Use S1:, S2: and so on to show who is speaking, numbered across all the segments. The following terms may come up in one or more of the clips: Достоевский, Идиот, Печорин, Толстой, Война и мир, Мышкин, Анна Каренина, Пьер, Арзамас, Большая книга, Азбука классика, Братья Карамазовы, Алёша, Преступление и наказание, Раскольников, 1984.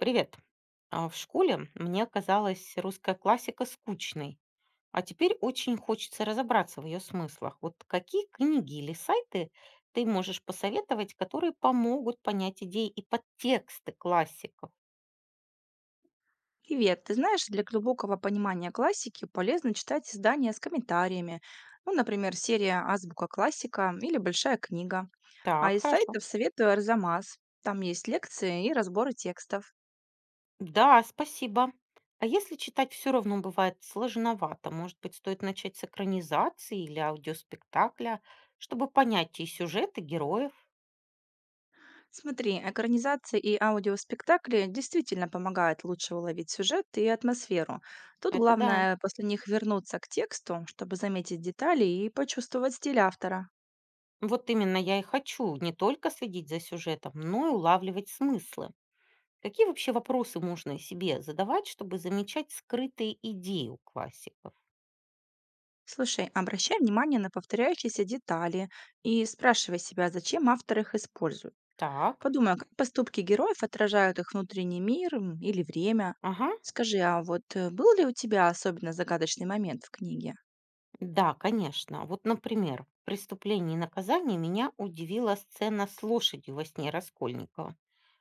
S1: Привет. В школе мне казалась русская классика скучной, а теперь очень хочется разобраться в ее смыслах. Вот какие книги или сайты ты можешь посоветовать, которые помогут понять идеи и подтексты классиков?
S2: Привет. Ты знаешь, для глубокого понимания классики полезно читать издания с комментариями. Ну, например, серия «Азбука классика» или «Большая книга». А
S1: Так,
S2: из
S1: хорошо.
S2: сайтов советую «Арзамас». Там есть лекции и разборы текстов.
S1: Да, спасибо. А если читать все равно бывает сложновато, может быть, стоит начать с экранизации или аудиоспектакля, чтобы понять и сюжет, и героев?
S2: Смотри, экранизации и аудиоспектакли действительно помогают лучше уловить сюжет и атмосферу. Тут
S1: Это да.
S2: главное после них вернуться к тексту, чтобы заметить детали и почувствовать стиль автора.
S1: Вот именно я и хочу не только следить за сюжетом, но и улавливать смыслы. Какие вообще вопросы можно себе задавать, чтобы замечать скрытые идеи у классиков?
S2: Слушай, обращай внимание на повторяющиеся детали и спрашивай себя, зачем автор их использует.
S1: Так,
S2: Подумай, а как поступки героев отражают их внутренний мир или время.
S1: ага,
S2: Скажи, а вот был ли у тебя особенно загадочный момент в книге?
S1: да, конечно. Вот, например, в «Преступлении и наказании» меня удивила сцена с лошадью во сне Раскольникова.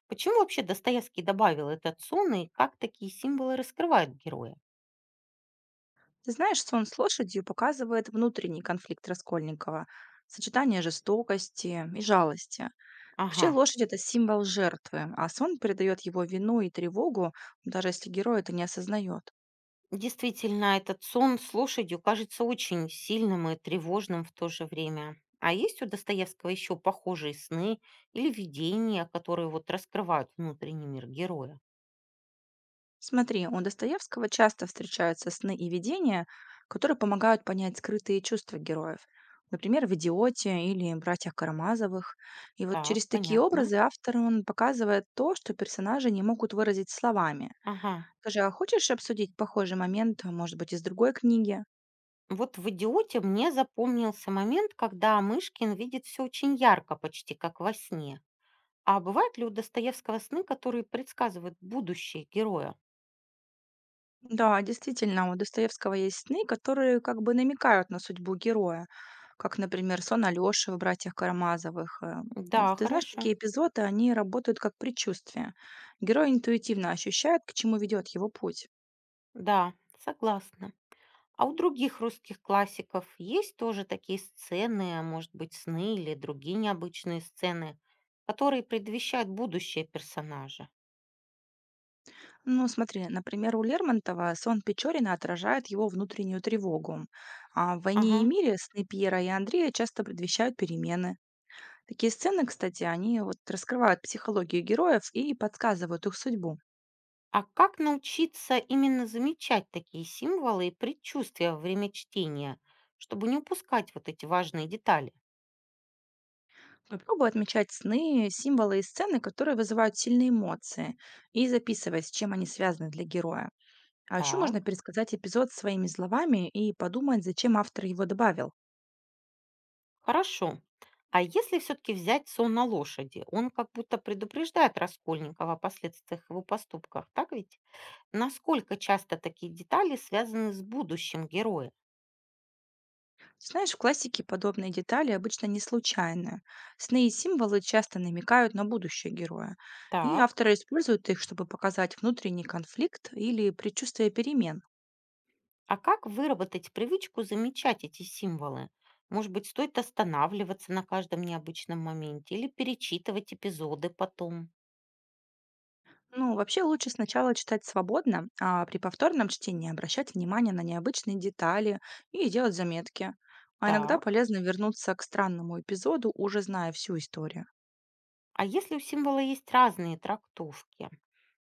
S1: Почему вообще Достоевский добавил этот сон и как такие символы раскрывают героя?
S2: Ты знаешь, сон с лошадью показывает внутренний конфликт Раскольникова, сочетание жестокости и жалости. Вообще
S1: Ага.
S2: лошадь это символ жертвы, а сон передает его вину и тревогу, даже если герой это не осознает.
S1: Действительно, этот сон с лошадью кажется очень сильным и тревожным в то же время. А есть у Достоевского еще похожие сны или видения, которые вот раскрывают внутренний мир героя?
S2: Смотри, у Достоевского часто встречаются сны и видения, которые помогают понять скрытые чувства героев. Например, в «Идиоте» или «Братьях Карамазовых». И вот
S1: Так,
S2: через такие
S1: понятно.
S2: образы автор он показывает то, что персонажи не могут выразить словами.
S1: Ага.
S2: Скажи, а хочешь обсудить похожий момент, может быть, из другой книги?
S1: Вот в «Идиоте» мне запомнился момент, когда Мышкин видит все очень ярко, почти как во сне. А бывают ли у Достоевского сны, которые предсказывают будущее героя?
S2: Да, действительно, у Достоевского есть сны, которые как бы намекают на судьбу героя, как, например, сон Алёши в «Братьях Карамазовых».
S1: Да,
S2: Ты знаешь,
S1: хорошо.
S2: такие эпизоды, они работают как предчувствие. Герой интуитивно ощущает, к чему ведет его путь.
S1: Да, согласна. А у других русских классиков есть тоже такие сцены, а может быть, сны или другие необычные сцены, которые предвещают будущее персонажа?
S2: Ну, смотри, например, у Лермонтова сон Печорина отражает его внутреннюю тревогу. А в «Войне и
S1: Ага.
S2: мире» сны Пьера и Андрея часто предвещают перемены. Такие сцены, кстати, они вот раскрывают психологию героев и подсказывают их судьбу.
S1: А как научиться именно замечать такие символы и предчувствия во время чтения, чтобы не упускать вот эти важные детали?
S2: Попробуй отмечать сны, символы и сцены, которые вызывают сильные эмоции, и записывай, с чем они связаны для героя. А еще
S1: Так,
S2: можно пересказать эпизод своими словами и подумать, зачем автор его добавил.
S1: хорошо. А если все-таки взять сон на лошади, он как будто предупреждает Раскольникова о последствиях его поступках, так ведь? Насколько часто такие детали связаны с будущим героя?
S2: Знаешь, в классике подобные детали обычно не случайны. Сны и символы часто намекают на будущее героя, и
S1: Так,
S2: авторы используют их, чтобы показать внутренний конфликт или предчувствие перемен.
S1: а как выработать привычку замечать эти символы? Может быть, стоит останавливаться на каждом необычном моменте или перечитывать эпизоды потом?
S2: Ну, вообще лучше сначала читать свободно, а при повторном чтении обращать внимание на необычные детали и делать заметки. А иногда
S1: Так,
S2: полезно вернуться к странному эпизоду, уже зная всю историю.
S1: а если у символа есть разные трактовки,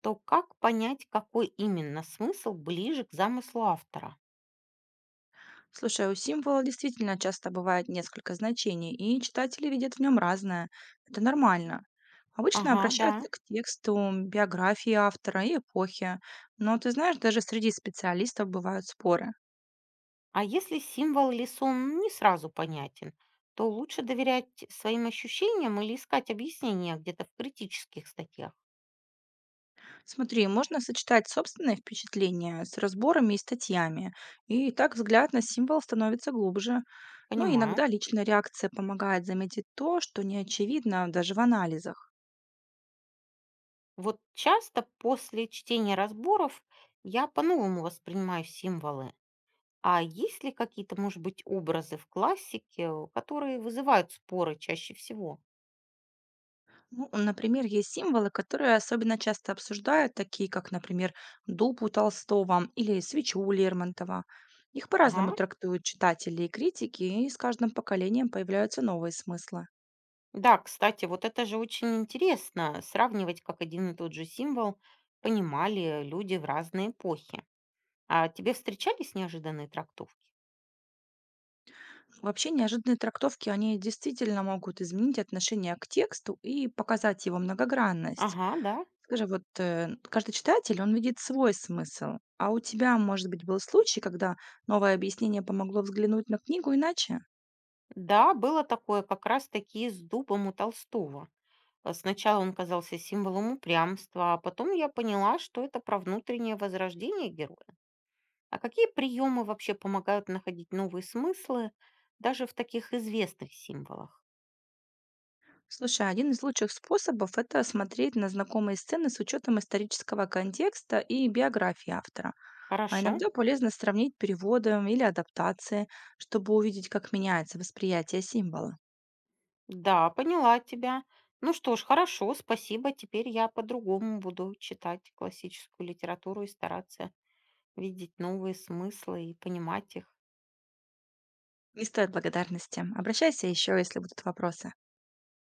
S1: то как понять, какой именно смысл ближе к замыслу автора?
S2: Слушай, а у символа действительно часто бывает несколько значений, и читатели видят в нем разное. Это нормально. Обычно
S1: Ага, да.
S2: обращаются к тексту, биографии автора и эпохи. Но ты знаешь, даже среди специалистов бывают споры.
S1: А если символ или сон не сразу понятен, то лучше доверять своим ощущениям или искать объяснения где-то в критических статьях.
S2: Смотри, можно сочетать собственные впечатления с разборами и статьями, и так взгляд на символ становится глубже. Но
S1: Понимаю.
S2: иногда личная реакция помогает заметить то, что не очевидно даже в анализах.
S1: Вот часто после чтения разборов я по-новому воспринимаю символы. А есть ли какие-то, может быть, образы в классике, которые вызывают споры чаще всего?
S2: Ну, например, есть символы, которые особенно часто обсуждают, такие как, например, дуб у Толстого или свечу у Лермонтова. Их по-разному
S1: Ага.
S2: трактуют читатели и критики, и с каждым поколением появляются новые смыслы.
S1: Да, кстати, вот это же очень интересно, сравнивать, как один и тот же символ понимали люди в разные эпохи. А тебе встречались неожиданные трактовки?
S2: Вообще неожиданные трактовки, они действительно могут изменить отношение к тексту и показать его многогранность.
S1: Ага, да.
S2: Скажи, вот каждый читатель, он видит свой смысл. А у тебя, может быть, был случай, когда новое объяснение помогло взглянуть на книгу иначе?
S1: Да, было такое как раз-таки с дубом у Толстого. А сначала он казался символом упрямства, а потом я поняла, что это про внутреннее возрождение героя. А какие приемы вообще помогают находить новые смыслы даже в таких известных символах?
S2: Слушай, один из лучших способов– это смотреть на знакомые сцены с учетом исторического контекста и биографии автора. А
S1: Хорошо.
S2: иногда полезно сравнить переводы или адаптации, чтобы увидеть, как меняется восприятие символа.
S1: Да, поняла тебя. Ну что ж, хорошо, спасибо. Теперь я по-другому буду читать классическую литературу и стараться видеть новые смыслы и понимать их.
S2: Не стоит благодарности. Обращайся еще, если будут вопросы.